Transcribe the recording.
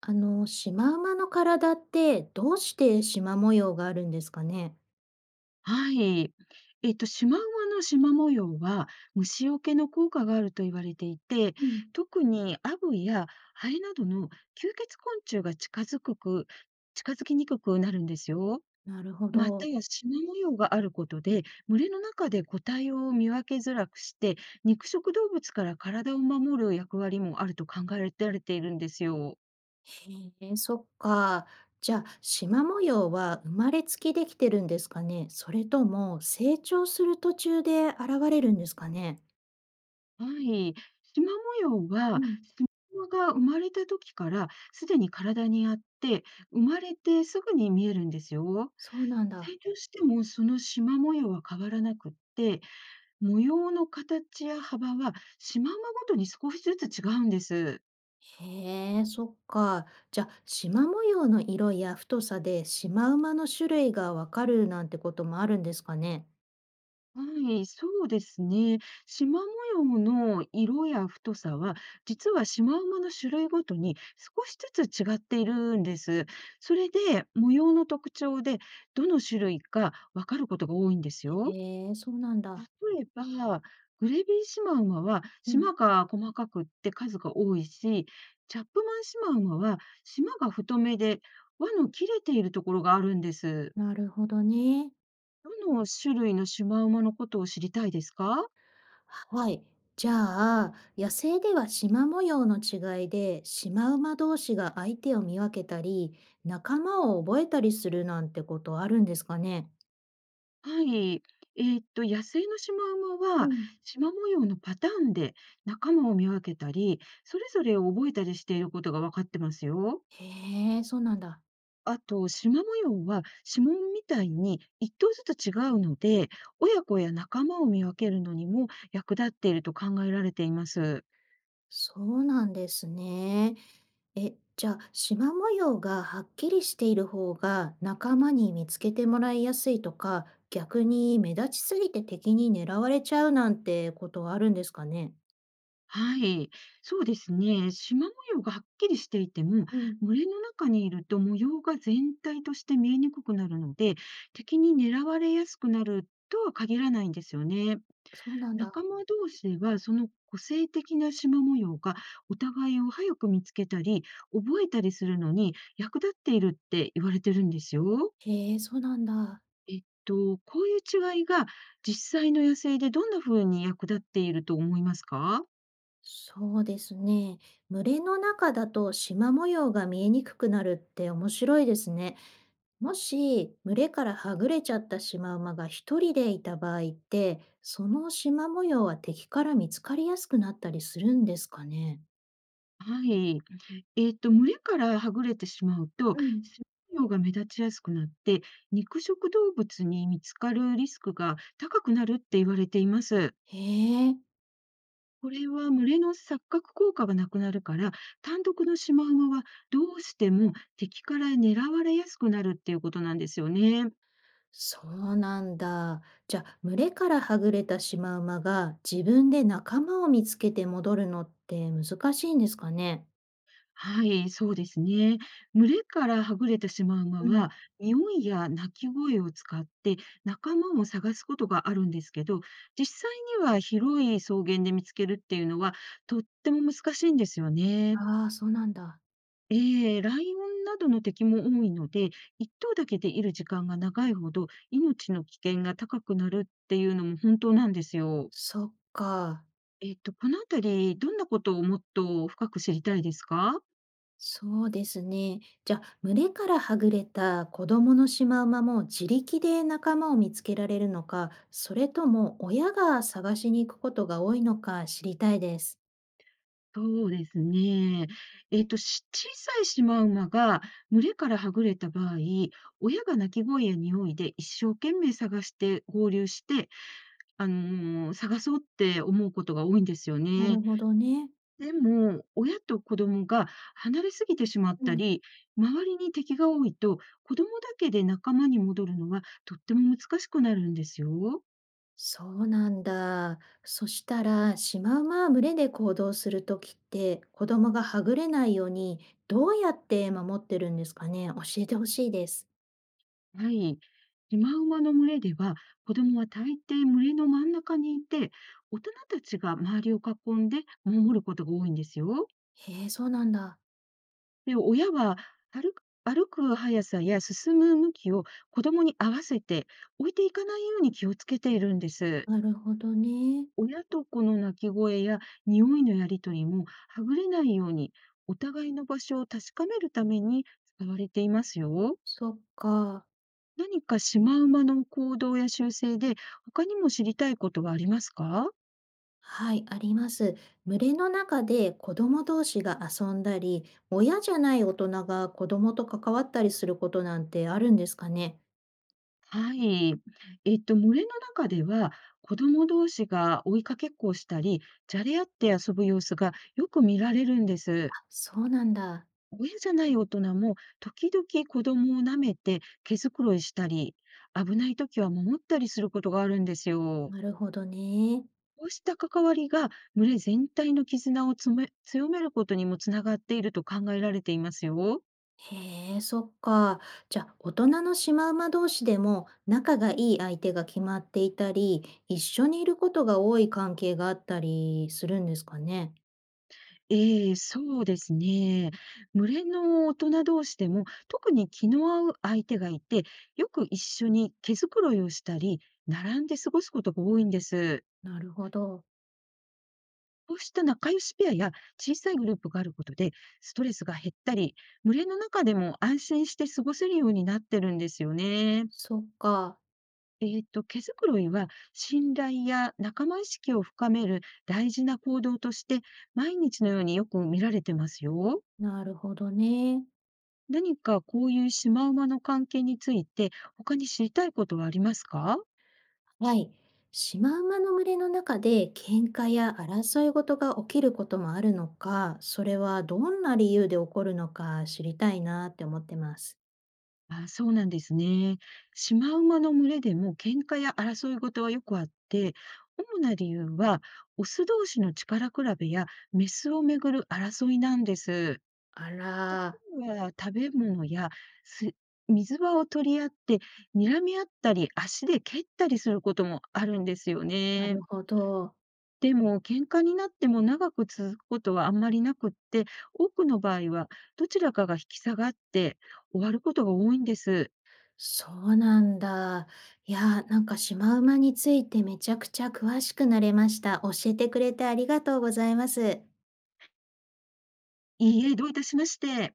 あの、シマウマの体ってどうしてシマ模様があるんですかね？はい。シマウマのシマ模様は虫除けの効果があると言われていて、うん、特にアブやハエなどの吸血昆虫が近づきにくくなるんですよ。なるほまたど。やシマ模様があることで、群れの中で個体を見分けづらくして、肉食動物から体を守る役割もあると考えられているんですよ。へえ、そっか。じゃあ、シマ模様は生まれつきできてるんですかね？それとも成長する途中で現れるんですかね？はい。縞模様うは、ん、縞が生まれた時からすでに体にあって、生まれてすぐに見えるんですよ。そうなんだ。成長してもその縞模様は変わらなくって、模様の形や幅は縞ごとに少しずつ違うんです。へえ、そっか。じゃあ、シマ模様の色や太さでシマウマの種類がわかるなんてこともあるんですかね？はい、そうですね。縞模様の色や太さは、実はシマウマの種類ごとに少しずつ違っているんです。それで、模様の特徴で、どの種類かわかることが多いんですよ。へえ、そうなんだ。例えば、グレビーシマウマは、うん、縞が細かくって数が多いし、チャップマンシマウマは、縞が太めで、輪の切れているところがあるんです。なるほどね。どの種類のシマウマのことを知りたいですか？はい。じゃあ、野生では縞模様の違いで、シマウマ同士が相手を見分けたり、仲間を覚えたりするなんてことあるんですかね。はい。野生のシマウマうは、ん、シマ模様のパターンで仲間を見分けたり、それぞれを覚えたりしていることが分かってますよ。へえ、そうなんだ。あと、シマ模様は指紋みたいに一頭ずつ違うので、親子や仲間を見分けるのにも役立っていると考えられています。そうなんですね。え、じゃあ、縞模様がはっきりしている方が仲間に見つけてもらいやすいとか、逆に目立ちすぎて敵に狙われちゃうなんてことはあるんですかね。はい、そうですね。縞模様がはっきりしていても、うん、群れの中にいると模様が全体として見えにくくなるので、敵に狙われやすくなるとは限らないんですよね。そうなん仲だ。間同士では、その個性的な縞模様がお互いを早く見つけたり、覚えたりするのに役立っているって言われてるんですよ。へえ、そうなんだ。こういう違いが実際の野生でどんな風に役立っていると思いますか？そうですね。群れの中だと縞模様が見えにくくなるって面白いですね。もし群れからはぐれちゃったシマウマが一人でいた場合って、その縞模様は敵から見つかりやすくなったりするんですかね。はい。群れからはぐれてしまうと、うん、食料が目立ちやすくなって、肉食動物に見つかるリスクが高くなるって言われています。へえ、これは群れの錯覚効果がなくなるから、単独のシマウマはどうしても敵から狙われやすくなるっていうことなんですよね。そうなんだ。じゃあ群れからはぐれたシマウマが自分で仲間を見つけて戻るのって難しいんですかね。はい、そうですね。群れからはぐれてしまう馬うは、ん。匂いや鳴き声を使って仲間を探すことがあるんですけど、実際には広い草原で見つけるっていうのはとっても難しいんですよね。ああ、そうなんだ。ええ、ライオンなどの敵も多いので、一頭だけでいる時間が長いほど命の危険が高くなるっていうのも本当なんですよ。そっか。このあたり、どんなことをもっと深く知りたいですか？そうですね。じゃあ、群れからはぐれた子供のシマウマも自力で仲間を見つけられるのか、それとも親が探しに行くことが多いのか知りたいです。そうですね。小さいシマウマが群れからはぐれた場合、親が鳴き声や匂いで一生懸命探して合流して、探そうって思うことが多いんですよなね。るほどね。でも、親と子供が離れすぎてしまっうたん、り、周りに敵が多いと、子供だけで仲間に戻るのはとっても難しくなるんですよ。そうなんだ。そしたら、シマウマは群れで行動するときって、子供がはぐれないように、どうやって守ってるんですかね。教えてほしいです。はい。シマウマの群れでは、子供は大抵群れの真ん中にいて、大人たちが周りを囲んで守ることが多いんですよ。へえ、そうなんだ。で、親は歩く速さや進む向きを子供に合わせて置いていかないように気をつけているんです。なるほどね。親と子の鳴き声や匂いのやりとりもはぐれないように、お互いの場所を確かめるために使われていますよ。そっか。何かシマウマの行動や習性で、他にも知りたいことはありますか？はい、あります。群れの中で子供同士が遊んだり、親じゃない大人が子供と関わったりすることなんてあるんですかね。はい。群れの中では、子供同士が追いかけっこをしたり、じゃれ合って遊ぶ様子がよく見られるんであ、す。そうなんだ。親じゃない大人も、時々子供を舐めて毛づくろいしたり、危ない時は守ったりすることがあるんですよ。なるほどね。こうした関わりが、群れ全体の絆を強めることにもつながっていると考えられていますよ。へえ、そっか。じゃあ、大人のシマウマ同士でも仲がいい相手が決まっていたり、一緒にいることが多い関係があったりするんですかね。ええ、そうですね。群れの大人同士でも、特に気の合う相手がいて、よく一緒に毛づくろいをしたり、並んで過ごすことが多いんです。なるほど。こうした仲良しペアや小さいグループがあることで、ストレスが減ったり、群れの中でも安心して過ごせるようになってるんですよね。そっか。毛づくろいは信頼や仲間意識を深める大事な行動として、毎日のようによく見られてますよ。なるほどね。何かこういうシマウマの関係について、他に知りたいことはありますか？はい。シマウマの群れの中で喧嘩や争い事が起きることもあるのか、それはどんな理由で起こるのか知りたいなって思ってます。あ、そうなんですね。シマウマの群れでも喧嘩や争い事はよくあって、主な理由はオス同士の力比べやメスをめぐる争いなんです。あら、は食べ物やす水場を取り合って、睨み合ったり、足で蹴ったりすることもあるんですよなね。るほど。でも、喧嘩になっても長く続くことはあんまりなくって、多くの場合はどちらかが引き下がって終わることが多いんです。そうなんだ。いや、なんかシマウマについてめちゃくちゃ詳しくなれました。教えてくれてありがとうございます。いいえ、どういたしまして。